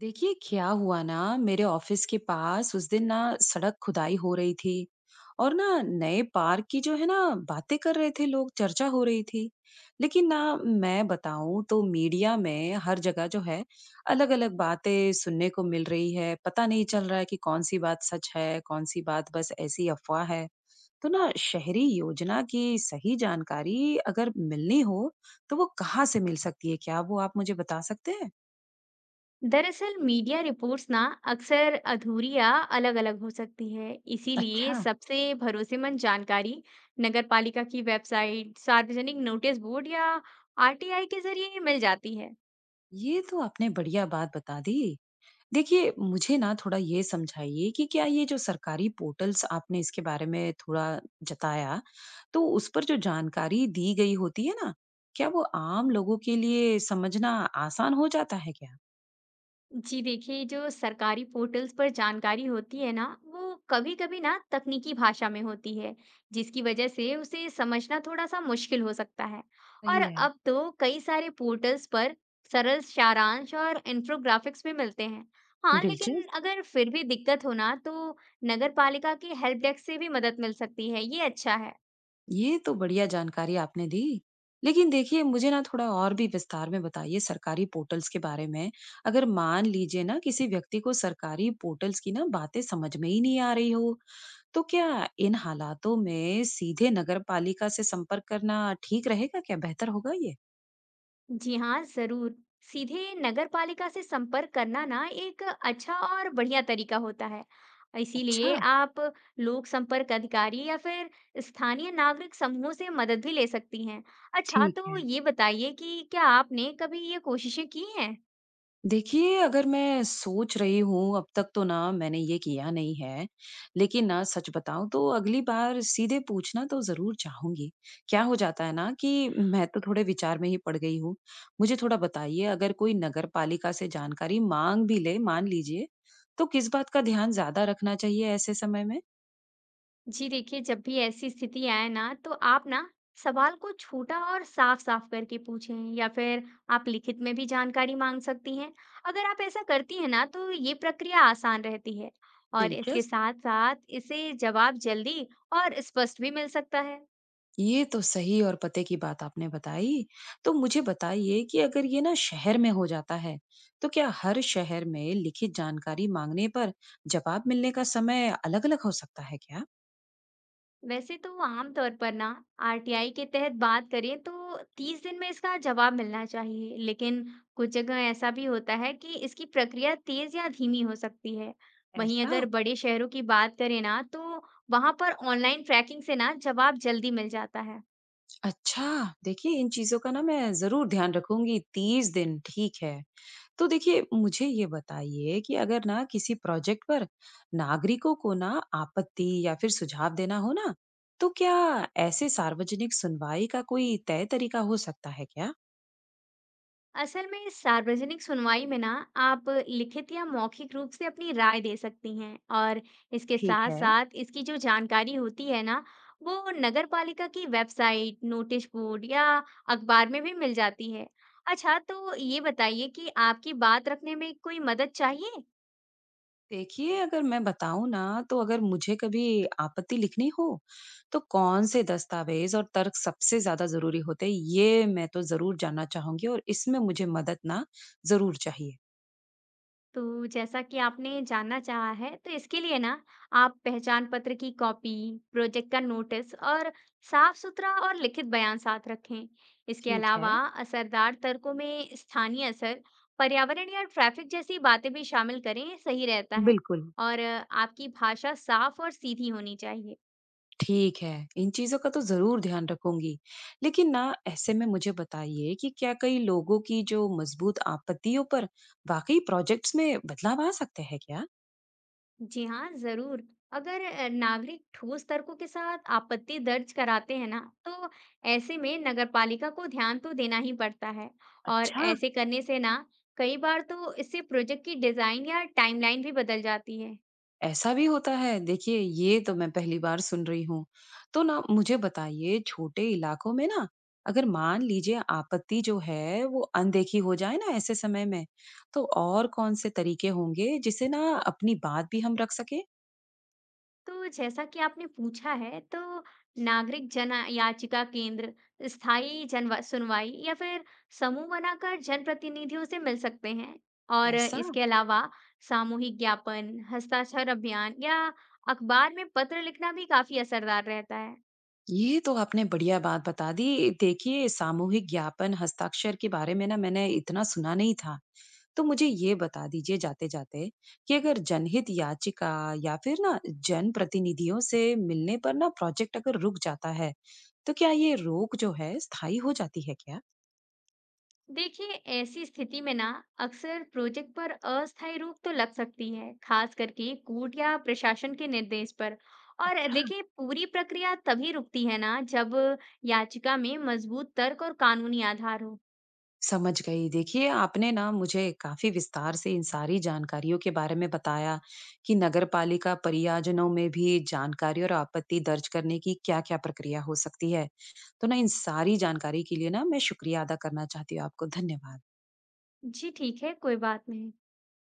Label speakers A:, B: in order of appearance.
A: देखिए क्या हुआ ना। मेरे ऑफिस के पास उस दिन ना सड़क खुदाई हो रही थी और ना नए पार्क की जो है ना, बातें कर रहे थे लोग, चर्चा हो रही थी। लेकिन ना, मैं बताऊं तो मीडिया में हर जगह जो है, अलग अलग बातें सुनने को मिल रही है। पता नहीं चल रहा है कि कौन सी बात सच है, कौन सी बात बस ऐसी अफवाह है। तो ना शहरी योजना की सही जानकारी अगर मिलनी हो, तो वो कहाँ से मिल सकती है, क्या वो आप मुझे बता सकते हैं?
B: दरअसल मीडिया रिपोर्ट्स ना अक्सर अधूरी या अलग-अलग हो सकती है। इसीलिए
A: अच्छा,
B: सबसे भरोसेमंद जानकारी नगर पालिका की वेबसाइट, सार्वजनिक नोटिस बोर्ड या आरटीआई के जरिए मिल जाती है।
A: ये तो आपने बढ़िया बात बता दी। देखिए, मुझे ना थोड़ा ये समझाइए कि क्या ये जो सरकारी पोर्टल्स आपने इसके बारे में थोड़ा जताया, तो उस पर जो जानकारी दी गई होती है ना, क्या वो आम लोगों के लिए समझना आसान हो जाता है क्या?
B: जी देखिए, जो सरकारी पोर्टल्स पर जानकारी होती है ना, वो कभी-कभी ना तकनीकी भाषा में होती है, जिसकी वजह से उसे समझना थोड़ा सा मुश्किल हो सकता है। और
A: सही है।
B: अब तो कई सारे पोर्टल्स पर सरल सारांश और इन्फोग्राफिक्स भी मिलते हैं। हाँ, लेकिन
A: दिलचस्प।
B: अगर फिर भी दिक्कत हो ना, तो नगर पालिका के हेल्प डेस्क से भी मदद मिल सकती है, ये अच्छा है।
A: ये तो बढ़िया जानकारी आपने दी। लेकिन देखिए मुझे ना थोड़ा और भी विस्तार में बताइए सरकारी पोर्टल्स के बारे में। अगर मान लीजिए ना किसी व्यक्ति को सरकारी पोर्टल्स की ना बातें समझ में ही नहीं आ रही हो, तो क्या इन हालातों में सीधे नगरपालिका से संपर्क करना ठीक रहेगा क्या? बेहतर होगा ये?
B: जी हाँ, जरूर। सीधे नगर पालिका से संपर्क करना ना एक अच्छा और बढ़िया तरीका होता है।
A: अच्छा।
B: इसीलिए आप लोक संपर्क अधिकारी या फिर स्थानीय नागरिक समूहों से मदद भी ले सकती हैं। अच्छा,
A: ठीक
B: तो
A: है।
B: ये बताइए कि क्या आपने कभी ये कोशिशें की हैं?
A: देखिए अगर मैं सोच रही हूँ, अब तक तो ना मैंने ये किया नहीं है, लेकिन ना सच बताऊं तो अगली बार सीधे पूछना तो जरूर चाहूंगी। क्या हो जाता है ना कि मैं तो थोड़े विचार में ही पड़ गई हूँ। मुझे थोड़ा बताइए अगर कोई नगर पालिका से जानकारी मांग भी ले मान लीजिए, तो किस बात का ध्यान ज्यादा रखना चाहिए ऐसे समय में?
B: जी देखिए, जब भी ऐसी स्थिति आए ना, तो आप ना सवाल को छोटा और साफ-साफ करके पूछें, या फिर आप लिखित में भी जानकारी माँग सकती हैं। अगर आप ऐसा करती हैं ना, तो ये प्रक्रिया आसान रहती है, और इसके
A: दिलचस्प।
B: साथ-साथ इसे जवाब जल्दी और स्पष्ट भी मिल सकता है।
A: ये तो सही और पते की बात आपने बताई। तो मुझे बताइए कि अगर ये ना शहर में हो जाता है, तो क्या हर शहर में लिखित जानकारी मांगने पर जवाब मिलने का समय अलग-अलग हो सकता है क्या?
B: वैसे तो आमतौर पर ना आरटीआई के तहत बात करें तो 30 दिन में इसका जवाब मिलना चाहिए, लेकिन कुछ जगह ऐसा भी होता है कि इसकी प्रक्रिया तेज या धीमी हो सकती है। वहीं
A: ऐसा।
B: अगर बड़े शहरों की बात करें ना, तो वहां पर ऑनलाइन ट्रैकिंग से ना जवाब जल्दी मिल जाता है।
A: अच्छा, देखिए इन चीजों का ना मैं जरूर ध्यान रखूंगी। 30 दिन ठीक है। तो देखिए मुझे ये बताइए कि अगर ना किसी प्रोजेक्ट पर नागरिकों को ना आपत्ति या फिर सुझाव देना हो ना, तो क्या ऐसे सार्वजनिक सुनवाई का कोई तय तरीका हो सकता है क्या?
B: असल में सार्वजनिक सुनवाई में ना आप लिखित या मौखिक रूप से अपनी राय दे सकती हैं, और इसके
A: ठीक
B: साथ
A: है।
B: साथ इसकी जो जानकारी होती है ना, वो नगर पालिका की वेबसाइट, नोटिस बोर्ड या अखबार में भी मिल जाती है। अच्छा, तो ये बताइए कि आपकी बात रखने में कोई मदद चाहिए?
A: देखिए अगर मैं बताऊं ना, तो अगर मुझे कभी आपत्ति लिखनी हो, तो कौन से दस्तावेज और तर्क सबसे ज्यादा जरूरी होते हैं ये मैं तो जरूर जानना चाहूंगी, और इसमें मुझे मदद ना जरूर चाहिए।
B: तो जैसा कि आपने जानना चाहा है, तो इसके लिए ना आप पहचान पत्र की कॉपी, प्रोजेक्ट का नोटिस और साफ-सुथरा और लिखित बयान साथ रखें। इसके
A: ठीक है।
B: अलावा असरदार तर्कों में स्थानीय असर, पर्यावरण या ट्रैफिक जैसी बातें भी शामिल करें, सही रहता है।
A: बिल्कुल।
B: और आपकी भाषा साफ और सीधी होनी चाहिए।
A: ठीक है, इन चीज़ों का तो ज़रूर ध्यान रखूँगी। लेकिन ना ऐसे में मुझे बताइए कि क्या कई लोगों की जो मजबूत आपत्तियों पर वाक़ई प्रोजेक्ट्स में बदलाव आ सकते हैं क्या?
B: जी हाँ, ज़रूर। अगर नागरिक ठोस तर्कों के साथ आपत्ति दर्ज कराते हैं ना, तो ऐसे में नगरपालिका को ध्यान तो देना ही पड़ता है। और
A: अच्छा,
B: ऐसे करने से ना कई बार तो इससे प्रोजेक्ट की डिज़ाइन या टाइमलाइन भी बदल जाती है।
A: ऐसा भी होता है। देखिए ये तो मैं पहली बार सुन रही हूँ। तो ना मुझे बताइए छोटे इलाकों में ना अगर मान लीजिए आपत्ति जो है वो अनदेखी हो जाए ना ऐसे समय में, तो और कौन से तरीके होंगे जिससे ना अपनी बात भी हम रख सकें?
B: तो जैसा कि आपने पूछा है, तो नागरिक जन याचिका केंद्र, स्थायी जन सुनवाई या फिर समूह बनाकर जनप्रतिनिधियों से मिल सकते हैं। और
A: ऐसा?
B: इसके अलावा सामूहिक ज्ञापन, हस्ताक्षर अभियान या अखबार में पत्र लिखना भी काफी असरदार रहता है।
A: ये तो आपने बढ़िया बात बता दी। देखिए, सामूहिक ज्ञापन हस्ताक्षर के बारे में ना मैंने इतना सुना नहीं था। तो मुझे ये बता दीजिए जाते-जाते कि अगर जनहित याचिका या फिर ना जनप्रतिनिधियों से मिलने पर ना प्रोजेक्ट अगर रुक जाता है, तो क्या ये रोक जो है स्थायी हो जाती है क्या?
B: देखिए, ऐसी स्थिति में ना अक्सर प्रोजेक्ट पर अस्थायी रोक तो लग सकती है, खास करके कोर्ट या प्रशासन के निर्देश पर। और
A: अच्छा।
B: देखिए, पूरी प्रक्रिया तभी रुकती है ना, जब याचिका में मजबूत तर्क और कानूनी आधार हो।
A: समझ गई। देखिए, आपने ना मुझे काफ़ी विस्तार से इन सारी जानकारियों के बारे में बताया कि नगरपालिका परियोजनाओं में भी जानकारी और आपत्ति दर्ज करने की क्या-क्या प्रक्रिया हो सकती है। तो ना इन सारी जानकारी के लिए ना मैं शुक्रिया अदा करना चाहती हूँ आपको। धन्यवाद।
B: जी ठीक है, कोई बात नहीं।